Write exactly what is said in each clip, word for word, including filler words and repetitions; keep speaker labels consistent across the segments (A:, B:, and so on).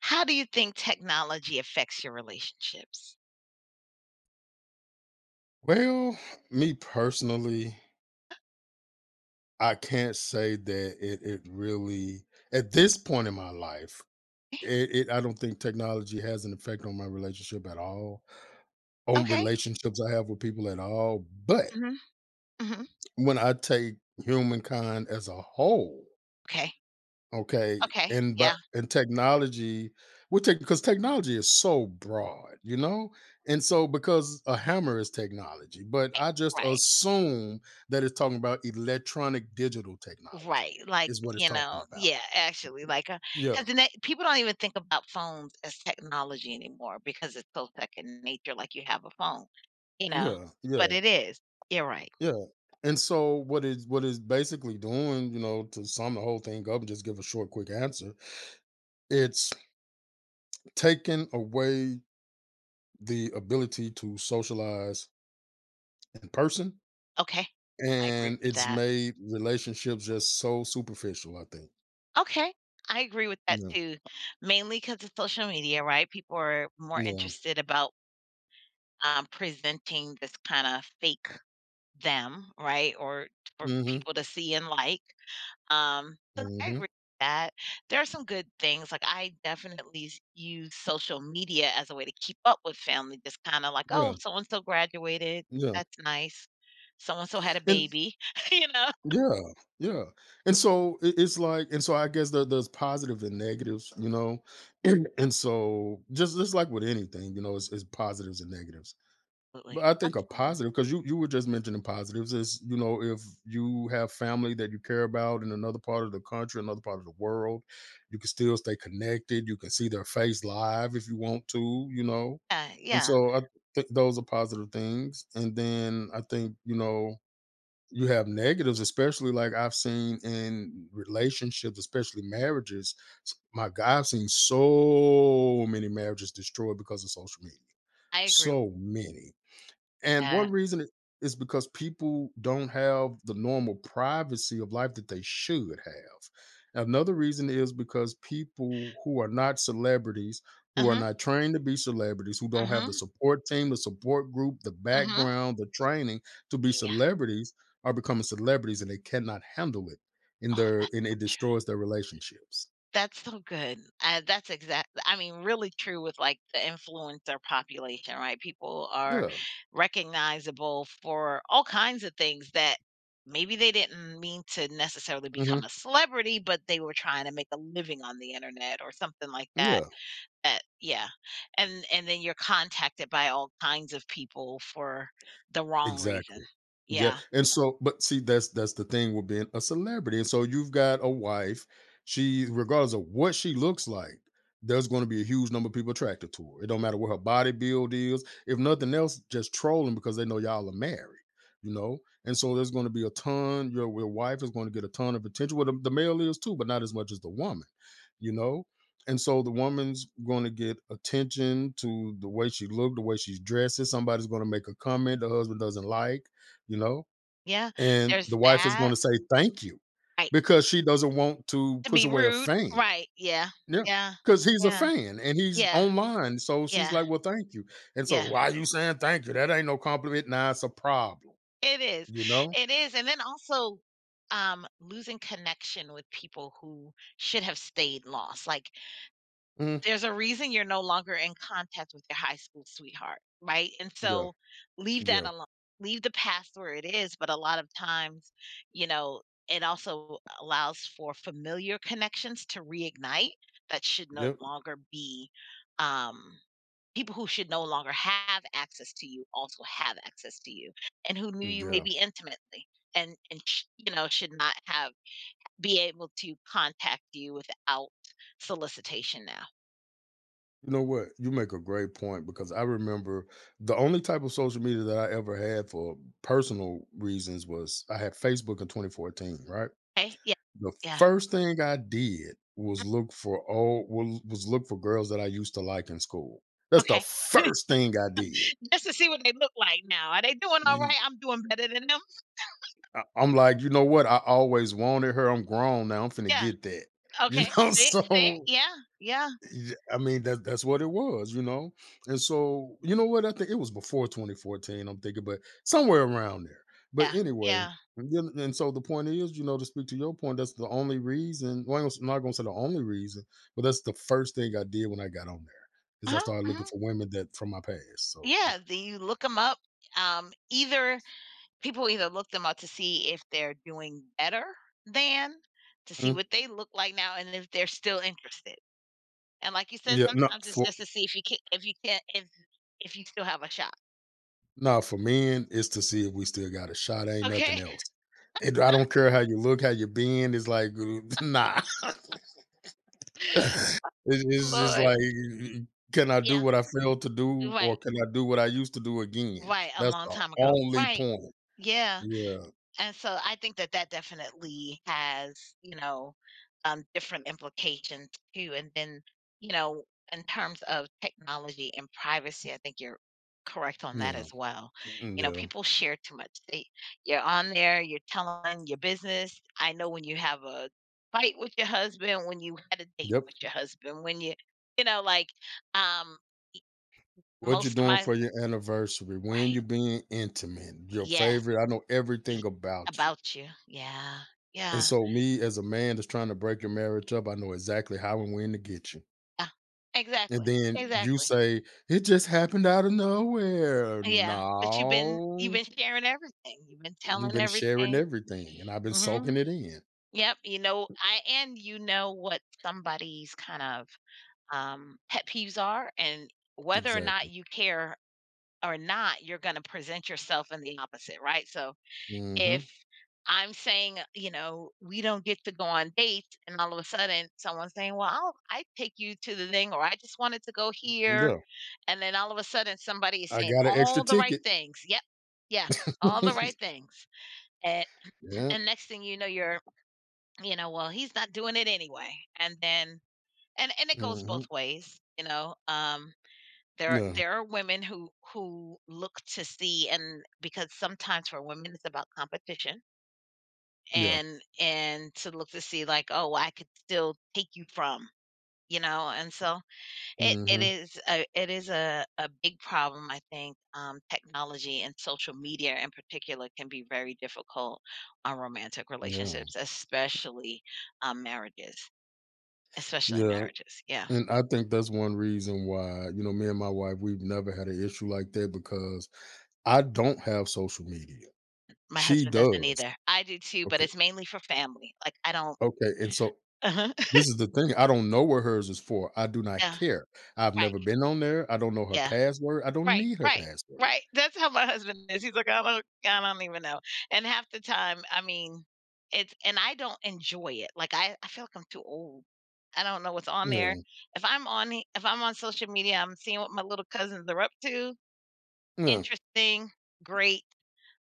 A: How do you think technology affects your relationships?
B: Well, me personally, I can't say that it it really at this point in my life, it, it I don't think technology has an effect on my relationship at all, on
A: Okay.
B: relationships I have with people at all. But
A: Mhm, mhm.
B: when I take humankind as a whole.
A: Okay,
B: Okay.
A: okay,
B: and
A: yeah,
B: but and technology, we take because technology is so broad, you know, and so because a hammer is technology, but
A: right,
B: I just
A: right,
B: assume that it's talking about electronic digital technology
A: right, like,
B: is what it's
A: you
B: talking
A: know,
B: about.
A: yeah, actually,
B: Mm,
A: like, uh
B: Yeah,
A: 'cause the ne people don't even think about phones as technology anymore because it's so second nature, like, you have a phone, you know?
B: yeah,
A: But
B: yeah,
A: it is. You're right.
B: yeah. And so what is what is basically doing, you know, to sum the whole thing up and just give a short, quick answer, it's taking away the ability to socialize in person.
A: Okay. I agree
B: And
A: with
B: it's
A: that.
B: made relationships just so superficial, I think.
A: Okay, I agree with that
B: Yeah,
A: too, mainly because of social media, right? People are more
B: yeah.
A: interested about um, presenting this kind of fake them, right? Or for
B: Mhm,
A: people to see and like. Um, so I agree
B: mhm.
A: with that. There are some good things. Like I definitely s- use social media as a way to keep up with family, just kind of like,
B: Yeah,
A: oh, so and so graduated.
B: yeah,
A: That's nice. So and so had a
B: and
A: baby, you know?
B: yeah, yeah, and so it it's like, and so I guess there there's positive and negatives, you know? And so just just like with anything, you know, it's it's positives and negatives.
A: Absolutely.
B: But I think a
A: Absolutely.
B: positive, because you you were just mentioning positives, is, you know, if you have family that you care about in another part of the country, another part of the world, you can still stay connected. You can see their face live if you want to, you know.
A: Yeah,
B: And
A: yeah.
B: so I think those are positive things. And then I think, you know, you have negatives, especially like I've seen in relationships, especially marriages. S- My God, I've seen so many marriages destroyed because of social media,
A: I agree with
B: so many. And one
A: that.
B: reason is is because people don't have the normal privacy of life that they should have. Another reason is because people who are not celebrities, who are
A: Mm-hmm.
B: not trained to be celebrities, who don't have
A: Mm-hmm.
B: the support team, the support group, the
A: Mm-hmm.
B: background, the training to be
A: Yeah.
B: celebrities are becoming celebrities and they cannot handle it in
A: Oh,
B: their,
A: that's
B: and
A: so
B: it
A: true.
B: destroys their relationships.
A: That's so good. Uh, that's exact I mean, really true with, like, the influencer population, right? People are
B: Yeah.
A: recognizable for all kinds of things that maybe they didn't mean to necessarily
B: hmm
A: become a celebrity, but they were trying to make a living on the internet or something like that.
B: Yeah.
A: That yeah. And and then you're contacted by all kinds of people for the wrong reason.
B: Exactly. Yeah.
A: Yeah.
B: And so, but see, that's that's the thing with being a celebrity. And so you've got a wife, she, regardless of what she looks like, there's going to be a huge number of people attracted to her. It don't matter what her body build is. If nothing else, just trolling because they know y'all are married, you know? And so there's going to be a ton, your, your wife is going to get a ton of attention. Well, the, the male is too, but not as much as the woman, you know? And so the woman's going to get attention to the way she looked, the way she's dressed. Somebody's going to make a comment the husband doesn't like, you know,
A: Yeah.
B: and
A: There's
B: the wife is going
A: that.
B: to say thank you
A: Right.
B: because she doesn't want to
A: To
B: push
A: be
B: away a
A: rude.
B: fan.
A: Right. Yeah.
B: Yeah.
A: Yeah.
B: Because he's a
A: Yeah.
B: fan and he's
A: Yeah.
B: online. So she's
A: Yeah,
B: like, well, thank you. And so,
A: yeah.
B: why are you saying thank you? That ain't no compliment. Nah, it's a problem,
A: It is.
B: you know?
A: It is, and then also, um, losing connection with people who should have stayed lost, like,
B: Mhm.
A: there's a reason you're no longer in contact with your high school sweetheart, right? And
B: Yeah.
A: so, leave that
B: Yeah.
A: alone. Leave the past where it is, but a lot of times, you know, it also allows for familiar connections to reignite that should no
B: Yep.
A: longer be, um people who should no longer have access to you also have access to you, and who knew you
B: Yeah.
A: maybe intimately and and sh- you know should not have be able to contact you without solicitation now.
B: You know what? You make a great point because I remember the only type of social media that I ever had for personal reasons was I had Facebook in twenty fourteen, right?
A: Okay, yeah,
B: The
A: yeah,
B: first thing I did was look for all was was look for girls that I used to like in school. That's the
A: okay.
B: first thing I did.
A: Just to see what they look like now, are they doing all right,
B: You-
A: I'm doing better than them.
B: I- I'm like, you know what? I always wanted her. I'm grown now. I'm finna
A: Yeah.
B: get that. You
A: Okay,
B: know,
A: see, see,
B: so
A: yeah, yeah,
B: Y- I mean that that's what it was, you know. And so, you know what? I think it was before twenty fourteen, I'm thinking, but somewhere around there. But
A: yeah,
B: anyway,
A: yeah.
B: and then- and so the point is, you know, to speak to your point, that's the only reason. Well, I'm not gonna say the only reason, but that's the first thing I did when I got on there is I
A: Uh-huh,
B: started looking
A: uh-huh.
B: for women that from my past. So yeah.
A: Yeah, the, you look them up, um either people either look them up to see if they're doing better than, to see
B: Mm,
A: what they look like now and if they're still interested. And like you said,
B: Yeah, not
A: sometimes it's
B: for
A: just to see if you can if you can if if you still have a shot.
B: now for men, it's to see if we still got a shot. Ain't nothing
A: Okay?
B: else. And I don't care how you look, how you been. It's like, nah. It's it's just
A: Lord.
B: like, can I do
A: Yeah.
B: what I failed to do, or
A: Right.
B: can I do what I used to do again?
A: Right. A
B: That's
A: long
B: the
A: time ago.
B: only
A: Right.
B: point.
A: Yeah.
B: Yeah,
A: And so I think that that definitely has, you know, um, different implications too. And then, you know, in terms of technology and privacy, I think you're correct on that
B: yeah,
A: as well.
B: mm,
A: You know,
B: yeah.
A: people share too much. They, you're on there, you're telling your business. I know when you have a fight with your husband, when you had a date
B: Yep.
A: with your husband, when you, you know, like um,
B: What you're
A: most of
B: doing
A: my,
B: for your anniversary, when
A: right,
B: you're being intimate, your
A: yes,
B: favorite, I know
A: e-
B: everything about you.
A: about you. Yeah,
B: And
A: yeah.
B: so, me as a man that's trying to break your marriage up, I know exactly how and when to get you.
A: Yeah,
B: And
A: exactly,
B: then you
A: exactly.
B: say, it just happened out of nowhere.
A: Yeah, but you've been you've
B: No,
A: been sharing everything, you've been
B: you've
A: telling
B: been sharing
A: everything.
B: everything, and I've been
A: Mhm.
B: soaking it in.
A: Yep, you know, I and you know what somebody's kind of, um, pet peeves are, and whether or not
B: Exactly.
A: you care or not, you're gonna present yourself in the opposite, right? So, if
B: Mhm.
A: I'm saying, uh, you know, "We don't get to go on dates," and all of a sudden someone's saying, "Well, I'll i take you to the thing," or, "I just wanted to go here."
B: Yeah.
A: And then all of a sudden, somebody is
B: I
A: saying
B: got an extra
A: all the right
B: ticket.
A: things. Yep. Yeah. All the right things. And
B: Yeah.
A: and next thing you know, you're, you know, well, he's not doing it anyway. And then and and it goes both
B: Mhm.
A: ways, you know. Um there
B: Yeah.
A: there are women who who look to see, and because sometimes for women it's about competition,
B: Yeah.
A: and and to look to see like, oh, well, I could still take you from, you know. And so It it
B: Mhm.
A: is a it is a a big problem, I think. Um, technology and social media in particular can be very difficult on romantic
B: Yeah.
A: relationships, especially, um, marriages, especially
B: Yeah,
A: marriages, yeah.
B: and I think that's one reason why, you know, me and my wife, we've never had an issue like that because I don't have social media.
A: My
B: She
A: husband doesn't
B: does.
A: either. I do too, but
B: Okay.
A: it's mainly for family, like, I don't.
B: Okay, and so this is the thing, I don't know what hers is for. I do not
A: Yeah,
B: care. I've
A: right,
B: never been on there. I don't know her
A: yeah.
B: password. I don't
A: Right,
B: need her
A: right,
B: password.
A: right. That's how my husband is. He's like, I don't, I don't even know. And half the time, I mean, it's and I don't enjoy it. Like I, I feel like I'm too old. I don't know what's on there.
B: Yeah.
A: If I'm on, the- if I'm on social media, I'm seeing what my little cousins are up to.
B: Yeah.
A: Interesting, great.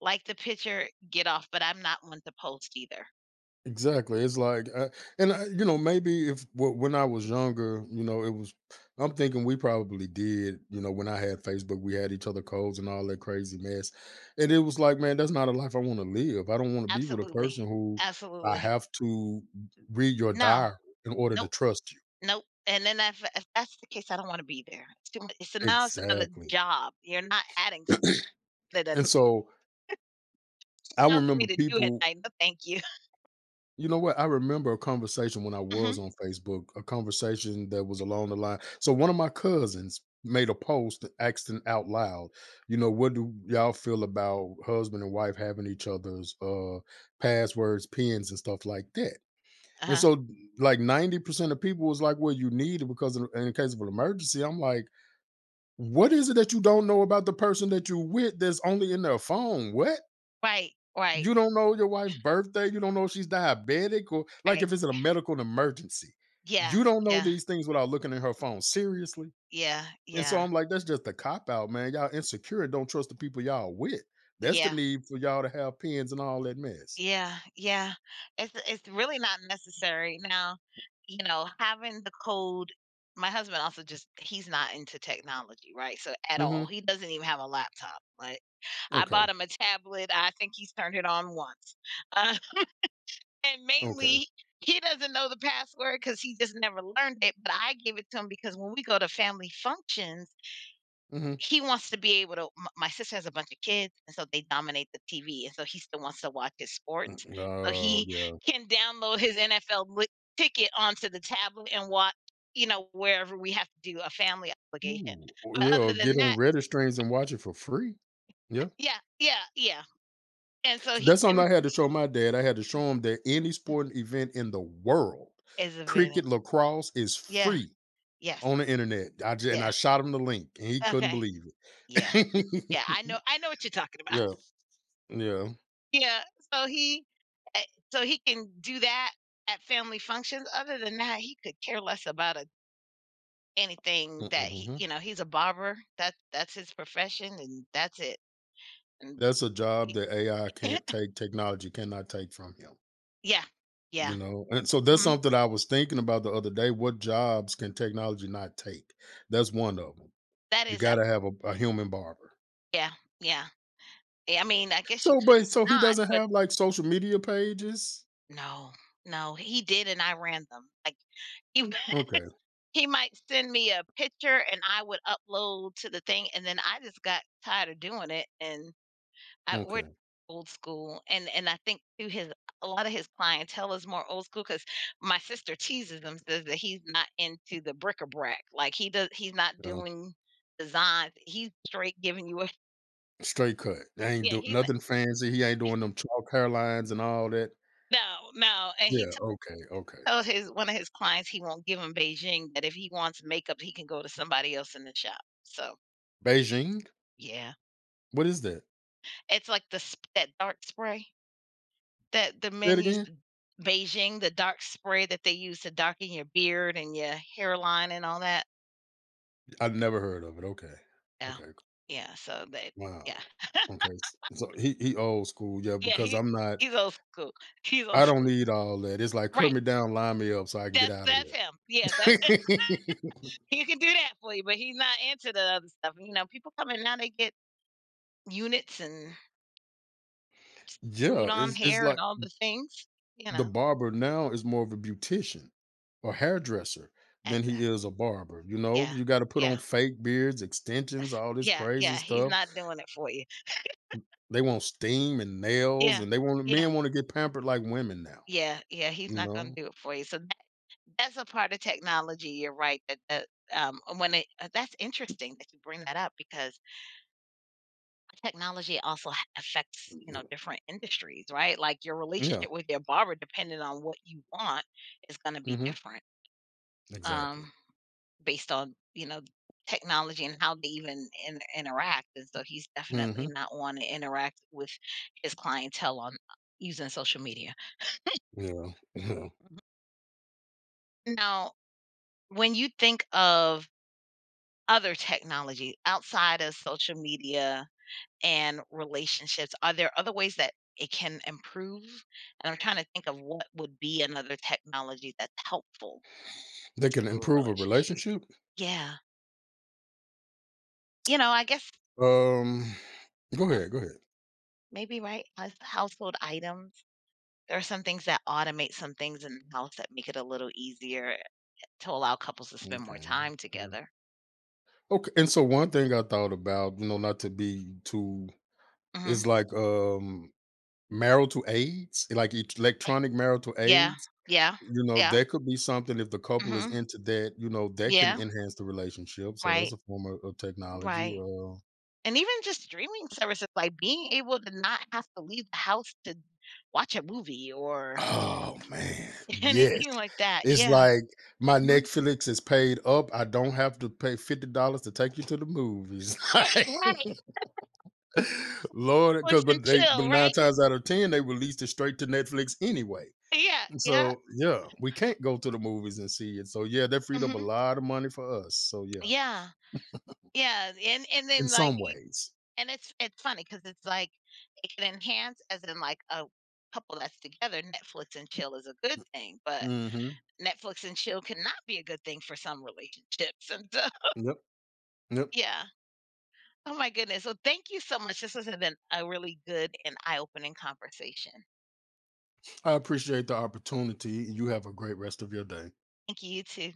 A: Like the picture, get off. But I'm not one to post either.
B: Exactly. It's like, uh, and I, you know, maybe if w- when I was younger, you know, it was. I'm thinking we probably did. You know, when I had Facebook, we had each other codes and all that crazy mess, and it was like, man, that's not a life I want to live. I don't want to be with a
A: Absolutely,
B: person who I
A: absolutely.
B: have to read your
A: No,
B: diary in order to
A: nope,
B: trust you.
A: nope. And then if, if that's the case, I don't want to be there. It's too much. So now it's another
B: Exactly.
A: job. You're not adding There nothing
B: And so I
A: else for me
B: remember
A: to do at
B: people.
A: night, no thank you.
B: You know what? I remember a conversation when I was
A: Mhm.
B: on Facebook, a conversation that was along the line. So one of my cousins made a post asking out loud, you know, what do y'all feel about husband and wife having each other's uh passwords, pins, and stuff like that? And
A: Uh-huh.
B: so like ninety percent of people was like, well, you need it because in in case of an emergency. I'm like, what is it that you don't know about the person that you with that's only in their phone? What?
A: Right, right,
B: You don't know your wife's birthday, you don't know if she's diabetic, or like,
A: right.
B: if it's a medical emergency.
A: Yeah,
B: You don't know
A: yeah,
B: these things without looking at her phone, seriously?
A: yeah,
B: And so
A: yeah,
B: I'm like, "That's just a cop out, man, y'all insecure and don't trust the people y'all with. That's the
A: yeah,
B: need for y'all to have pens and all that mess."
A: yeah, yeah. It's it's really not necessary. Now, you know, having the code my husband also just he's not into technology, right? So at all.
B: Mhm.
A: He doesn't even have a laptop, like, I bought
B: Okay,
A: him a tablet, I think he's turned it on once. And
B: okay.
A: mainly he doesn't know the password because he just never learned it, but I gave it to him because when we go to family functions,
B: Mhm.
A: he wants to be able to m- my sister has a bunch of kids, and so they dominate the T V, and so he still wants to watch his sports,
B: Mm,
A: so
B: oh,
A: he
B: yeah.
A: can download his N F L li- ticket onto the tablet and watch, you know, wherever we have to do a family obligation.
B: Ooh. Oh,
A: But other
B: yeah,
A: than
B: get on
A: that,
B: Reddit streams and watch it for free. Yeah.
A: yeah, yeah, yeah. And so he
B: That's
A: can
B: something I had to show my dad. I had to show him that any sporting event in the world,
A: is a video.
B: cricket, lacrosse is
A: Yeah,
B: free
A: yes,
B: on the internet. I just, and
A: yeah,
B: I shot him the link, and he couldn't
A: okay,
B: believe
A: yeah.
B: it.
A: Yeah, I know I know what you're talking about.
B: Yeah, yeah.
A: Yeah, so he eh, so he can do that at family functions. Other than that, he could care less about a anything that he
B: Mhm.
A: you know, he's a barber. That that's his profession and that's it. And
B: That's a job
A: he
B: that A I can't take. Technology cannot take from him.
A: Yeah.
B: You
A: Yeah.
B: know, and so that's
A: Mhm.
B: something I was thinking about the other day. What jobs can technology not take? That's one of them.
A: That
B: You
A: is
B: got
A: a
B: to have a, a human barber.
A: yeah, yeah. Yeah, I mean, I guess you
B: So,
A: could
B: but so he
A: not,
B: doesn't
A: but
B: have like social media pages.
A: no, no, he did and I ran them. Like, he
B: Okay.
A: He might send me a picture and I would upload to the thing, and then I just got tired of doing it, and I we're
B: Okay,
A: old school, and and I think too, his a lot of his clientele is more old school because my sister teases him, says that he's not into the bric-a-brac, like, he does he's not
B: yeah,
A: doing designs, he's straight giving you a
B: straight cut. They ain't
A: yeah,
B: do
A: he's not
B: nothing fancy, he ain't doing them chalk hairlines and all that.
A: no, no, and he t-
B: Yeah, okay, okay.
A: told his one of his clients he won't give him Beijing, that if he wants makeup, he can go to somebody else in the shop, so,
B: Beijing?
A: yeah.
B: What is that?
A: It's like the sp that dark spray that the
B: Say
A: men
B: it
A: use
B: again?
A: in Beijing, the dark spray that they use to darken your beard and your hairline and all that.
B: I've never heard of it, okay.
A: Yeah.
B: Okay,
A: Yeah, so that yeah.
B: wow. Okay, s so he he old school, yeah,
A: Yeah,
B: because
A: he
B: I'm not,
A: he's old school. He's old
B: I don't
A: school.
B: need all that, it's like, "Cut
A: Right.
B: me down, line me up so I can get
A: That's
B: out of
A: that's him. Yeah, that's
B: here."
A: him. He can do that for you, but he's not into the other stuff. You know, people come in now, they get units and
B: Yeah,
A: glued-on
B: it's it's
A: hair and
B: like
A: all the things, you
B: the
A: know?
B: barber now is more of a beautician or hairdresser than he
A: Exactly.
B: is a barber. You know,
A: Yeah.
B: you got to put on
A: Yeah.
B: fake beards, extensions,
A: That's
B: all this
A: yeah,
B: crazy
A: yeah, he's
B: stuff.
A: not doing it for you.
B: They want steam and nails,
A: Yeah.
B: and they want
A: Yeah.
B: men want to get pampered like women now.
A: Yeah, yeah, he's
B: You
A: not gonna
B: know,
A: do it for you. So that that's a part of technology, you're right, that that, um, and when it uh, that's interesting that you bring that up because technology also ha affects, you know,
B: Mm,
A: different industries, right? Like, your
B: yeah,
A: relationship with your barber, depending on what you want, is gonna be
B: hmm
A: different,
B: exactly.
A: um, based on, you know, technology and how they even in interact, and so he's definitely
B: hmm
A: not wanna interact with his clientele on using social media.
B: Yeah, yeah.
A: Mhm. Now, when you think of other technology outside of social media and relationships, are there other ways that it can improve? And I'm trying to think of what would be another technology that's helpful
B: They can
A: to a
B: improve a
A: relationship.
B: relationship.
A: Yeah. You know, I guess,
B: Um, go
A: you know,
B: ahead, go ahead.
A: maybe, right? hous- Household items. There are some things that automate some things in the house that make it a little easier to allow couples to spend more
B: Okay,
A: time
B: yeah.
A: together.
B: Okay. And so one thing I thought about, you know, not to be too,
A: Hmm.
B: is like um marital aids, like ec electronic marital
A: Yeah.
B: aids,
A: Yeah.
B: you know,
A: Yeah.
B: that could be something if the couple is
A: Hmm.
B: into that, you know, that can
A: Yeah.
B: enhance the relationship, so
A: Right.
B: that's a form of of technology,
A: Right.
B: uh
A: And even just streaming services, like being able to not have to leave the house to watch a movie or
B: oh, man, yes.
A: anything like that.
B: It's
A: Yeah.
B: like, "My
A: Mhm.
B: Netflix is paid up, I don't have to pay fifty dollars to take you to the movies."
A: Right,
B: Like,
A: right.
B: Lord.
A: Netflix
B: Because
A: and
B: but they but
A: chill,
B: nine
A: right?
B: times out of ten, they released it straight to Netflix anyway.
A: Yeah, yeah.
B: So, yeah, we can't go to the movies and see it. So, yeah, that freed up a
A: Mhm.
B: lot of money for us. So, yeah,
A: Yeah, yeah, and and
B: in
A: then, like,
B: some
A: y
B: ways.
A: and it's it's funny because it's like it can enhance as in, like, a couple that's together, Netflix and chill is a good thing, but
B: Mhm.
A: Netflix and chill cannot be a good thing for some relationships, and so
B: Yep. Yep.
A: yeah. Oh my goodness. So thank you so much. This has been a really good and eye-opening conversation.
B: I appreciate the opportunity. You have a great rest of your day.
A: Thank you, you too.